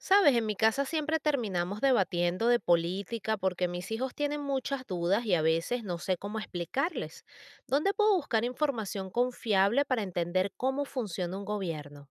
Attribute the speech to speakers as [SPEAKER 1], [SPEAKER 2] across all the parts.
[SPEAKER 1] Sabes, en mi casa siempre terminamos debatiendo de política porque mis hijos tienen muchas dudas y a veces no sé cómo explicarles. ¿Dónde puedo buscar información confiable para entender cómo funciona un gobierno?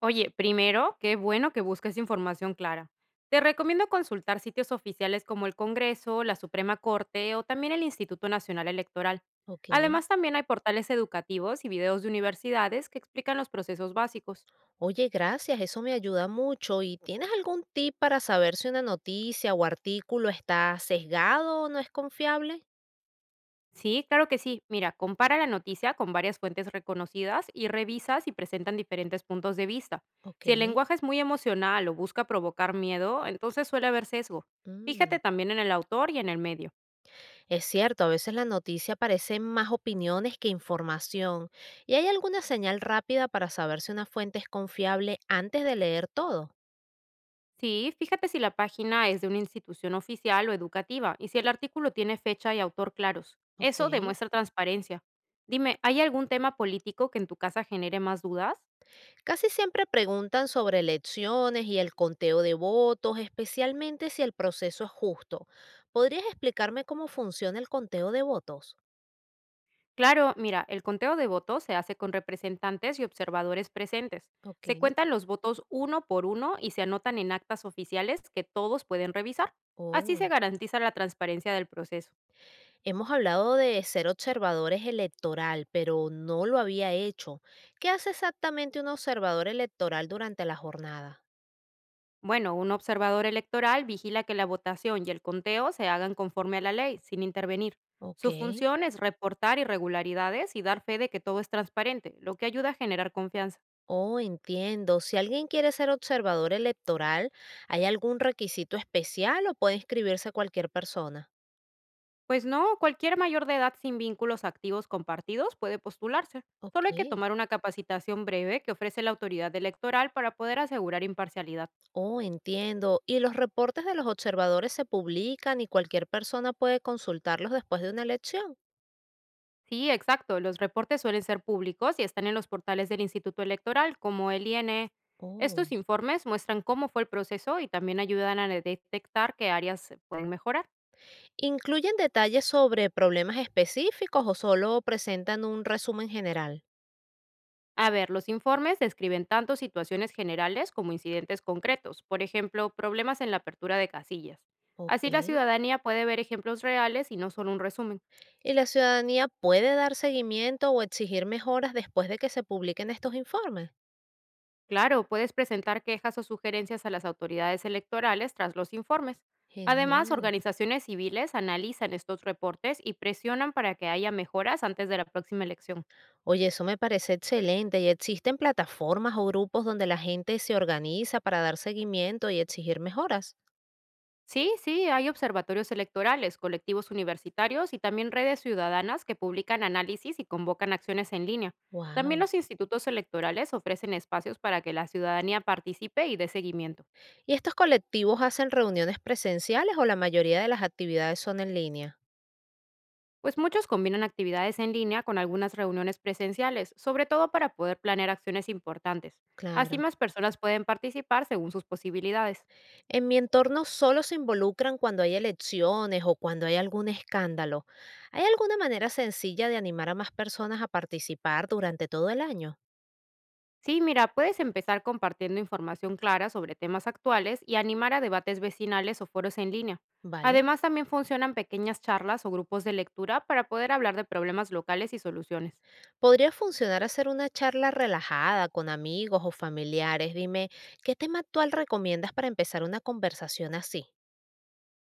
[SPEAKER 2] Oye, primero, qué bueno que busques información clara. Te recomiendo consultar sitios oficiales como el Congreso, la Suprema Corte o también el Instituto Nacional Electoral.
[SPEAKER 1] Ok.
[SPEAKER 2] Además, también hay portales educativos y videos de universidades que explican los procesos básicos.
[SPEAKER 1] Oye, gracias, eso me ayuda mucho. ¿Y tienes algún tip para saber si una noticia o artículo está sesgado o no es confiable?
[SPEAKER 2] Sí, claro que sí. Mira, compara la noticia con varias fuentes reconocidas y revisa si presentan diferentes puntos de vista.
[SPEAKER 1] Ok.
[SPEAKER 2] Si el lenguaje es muy emocional o busca provocar miedo, entonces suele haber sesgo.
[SPEAKER 1] Mm.
[SPEAKER 2] Fíjate también en el autor y en el medio.
[SPEAKER 1] Es cierto, a veces la noticia parecen más opiniones que información. ¿Y hay alguna señal rápida para saber si una fuente es confiable antes de leer todo?
[SPEAKER 2] Sí, fíjate si la página es de una institución oficial o educativa y si el artículo tiene fecha y autor claros.
[SPEAKER 1] Ok.
[SPEAKER 2] Eso demuestra transparencia. Dime, ¿hay algún tema político que en tu casa genere más dudas?
[SPEAKER 1] Casi siempre preguntan sobre elecciones y el conteo de votos, especialmente si el proceso es justo. ¿Podrías explicarme cómo funciona el conteo de votos?
[SPEAKER 2] Claro, mira, el conteo de votos se hace con representantes y observadores presentes.
[SPEAKER 1] Ok.
[SPEAKER 2] Se cuentan los votos uno por uno y se anotan en actas oficiales que todos pueden revisar. Así se
[SPEAKER 1] Oh.
[SPEAKER 2] garantiza la transparencia del proceso.
[SPEAKER 1] Hemos hablado de ser observadores electoral, pero no lo había hecho. ¿Qué hace exactamente un observador electoral durante la jornada?
[SPEAKER 2] Bueno, un observador electoral vigila que la votación y el conteo se hagan conforme a la ley, sin intervenir.
[SPEAKER 1] Ok.
[SPEAKER 2] Su función es reportar irregularidades y dar fe de que todo es transparente, lo que ayuda a generar confianza.
[SPEAKER 1] Oh, entiendo. Si alguien quiere ser observador electoral, ¿hay algún requisito especial o puede inscribirse cualquier persona?
[SPEAKER 2] Pues no, cualquier mayor de edad sin vínculos activos con partidos puede postularse.
[SPEAKER 1] Ok.
[SPEAKER 2] Solo hay que tomar una capacitación breve que ofrece la autoridad electoral para poder asegurar imparcialidad.
[SPEAKER 1] Oh, entiendo. ¿Y los reportes de los observadores se publican y cualquier persona puede consultarlos después de una elección?
[SPEAKER 2] Sí, exacto. Los reportes suelen ser públicos y están en los portales del Instituto Electoral, como el INE.
[SPEAKER 1] Oh.
[SPEAKER 2] Estos informes muestran cómo fue el proceso y también ayudan a detectar qué áreas se pueden mejorar.
[SPEAKER 1] ¿Incluyen detalles sobre problemas específicos o solo presentan un resumen general?
[SPEAKER 2] A ver, los informes describen tanto situaciones generales como incidentes concretos, por ejemplo, problemas en la apertura de casillas.
[SPEAKER 1] Ok.
[SPEAKER 2] Así la ciudadanía puede ver ejemplos reales y no solo un resumen.
[SPEAKER 1] ¿Y la ciudadanía puede dar seguimiento o exigir mejoras después de que se publiquen estos informes?
[SPEAKER 2] Claro, puedes presentar quejas o sugerencias a las autoridades electorales tras los informes. Además,
[SPEAKER 1] Genial.
[SPEAKER 2] organizaciones civiles analizan estos reportes y presionan para que haya mejoras antes de la próxima elección.
[SPEAKER 1] Oye, eso me parece excelente. ¿Y existen plataformas o grupos donde la gente se organiza para dar seguimiento y exigir mejoras?
[SPEAKER 2] Sí, hay observatorios electorales, colectivos universitarios y también redes ciudadanas que publican análisis y convocan acciones en línea. También
[SPEAKER 1] Wow.
[SPEAKER 2] los institutos electorales ofrecen espacios para que la ciudadanía participe y dé seguimiento.
[SPEAKER 1] ¿Y estos colectivos hacen reuniones presenciales o la mayoría de las actividades son en línea?
[SPEAKER 2] Pues muchos combinan actividades en línea con algunas reuniones presenciales, sobre todo para poder planear acciones importantes. Así
[SPEAKER 1] Claro.
[SPEAKER 2] más personas pueden participar según sus posibilidades.
[SPEAKER 1] En mi entorno solo se involucran cuando hay elecciones o cuando hay algún escándalo. ¿Hay alguna manera sencilla de animar a más personas a participar durante todo el año?
[SPEAKER 2] Sí, mira, puedes empezar compartiendo información clara sobre temas actuales y animar a debates vecinales o foros en línea.
[SPEAKER 1] Vale.
[SPEAKER 2] Además, también funcionan pequeñas charlas o grupos de lectura para poder hablar de problemas locales y soluciones.
[SPEAKER 1] Podría funcionar hacer una charla relajada con amigos o familiares. Dime, ¿qué tema actual recomiendas para empezar una conversación así?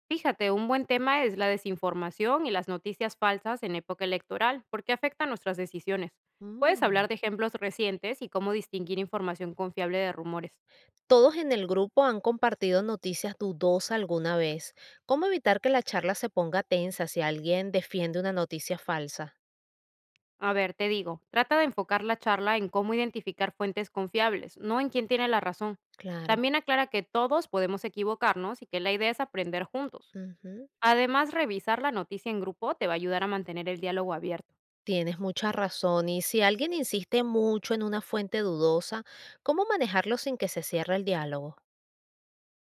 [SPEAKER 2] Fíjate, un buen tema es la desinformación y las noticias falsas en época electoral, porque afectan nuestras decisiones. Puedes
[SPEAKER 1] Mm.
[SPEAKER 2] hablar de ejemplos recientes y cómo distinguir información confiable de rumores.
[SPEAKER 1] Todos en el grupo han compartido noticias dudosas alguna vez. ¿Cómo evitar que la charla se ponga tensa si alguien defiende una noticia falsa?
[SPEAKER 2] A ver, te digo, trata de enfocar la charla en cómo identificar fuentes confiables, no en quién tiene la razón.
[SPEAKER 1] Claro.
[SPEAKER 2] También aclara que todos podemos equivocarnos y que la idea es aprender juntos.
[SPEAKER 1] Ujú.
[SPEAKER 2] Además, revisar la noticia en grupo te va a ayudar a mantener el diálogo abierto.
[SPEAKER 1] Tienes mucha razón. Y si alguien insiste mucho en una fuente dudosa, ¿cómo manejarlo sin que se cierre el diálogo?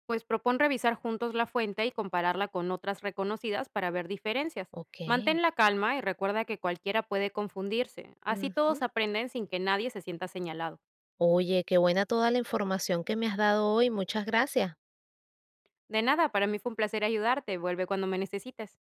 [SPEAKER 2] Pues propon revisar juntos la fuente y compararla con otras reconocidas para ver diferencias.
[SPEAKER 1] Ok.
[SPEAKER 2] Mantén la calma y recuerda que cualquiera puede confundirse. Así
[SPEAKER 1] Ujú.
[SPEAKER 2] todos aprenden sin que nadie se sienta señalado.
[SPEAKER 1] Oye, qué buena toda la información que me has dado hoy. Muchas gracias.
[SPEAKER 2] De nada, para mí fue un placer ayudarte. Vuelve cuando me necesites.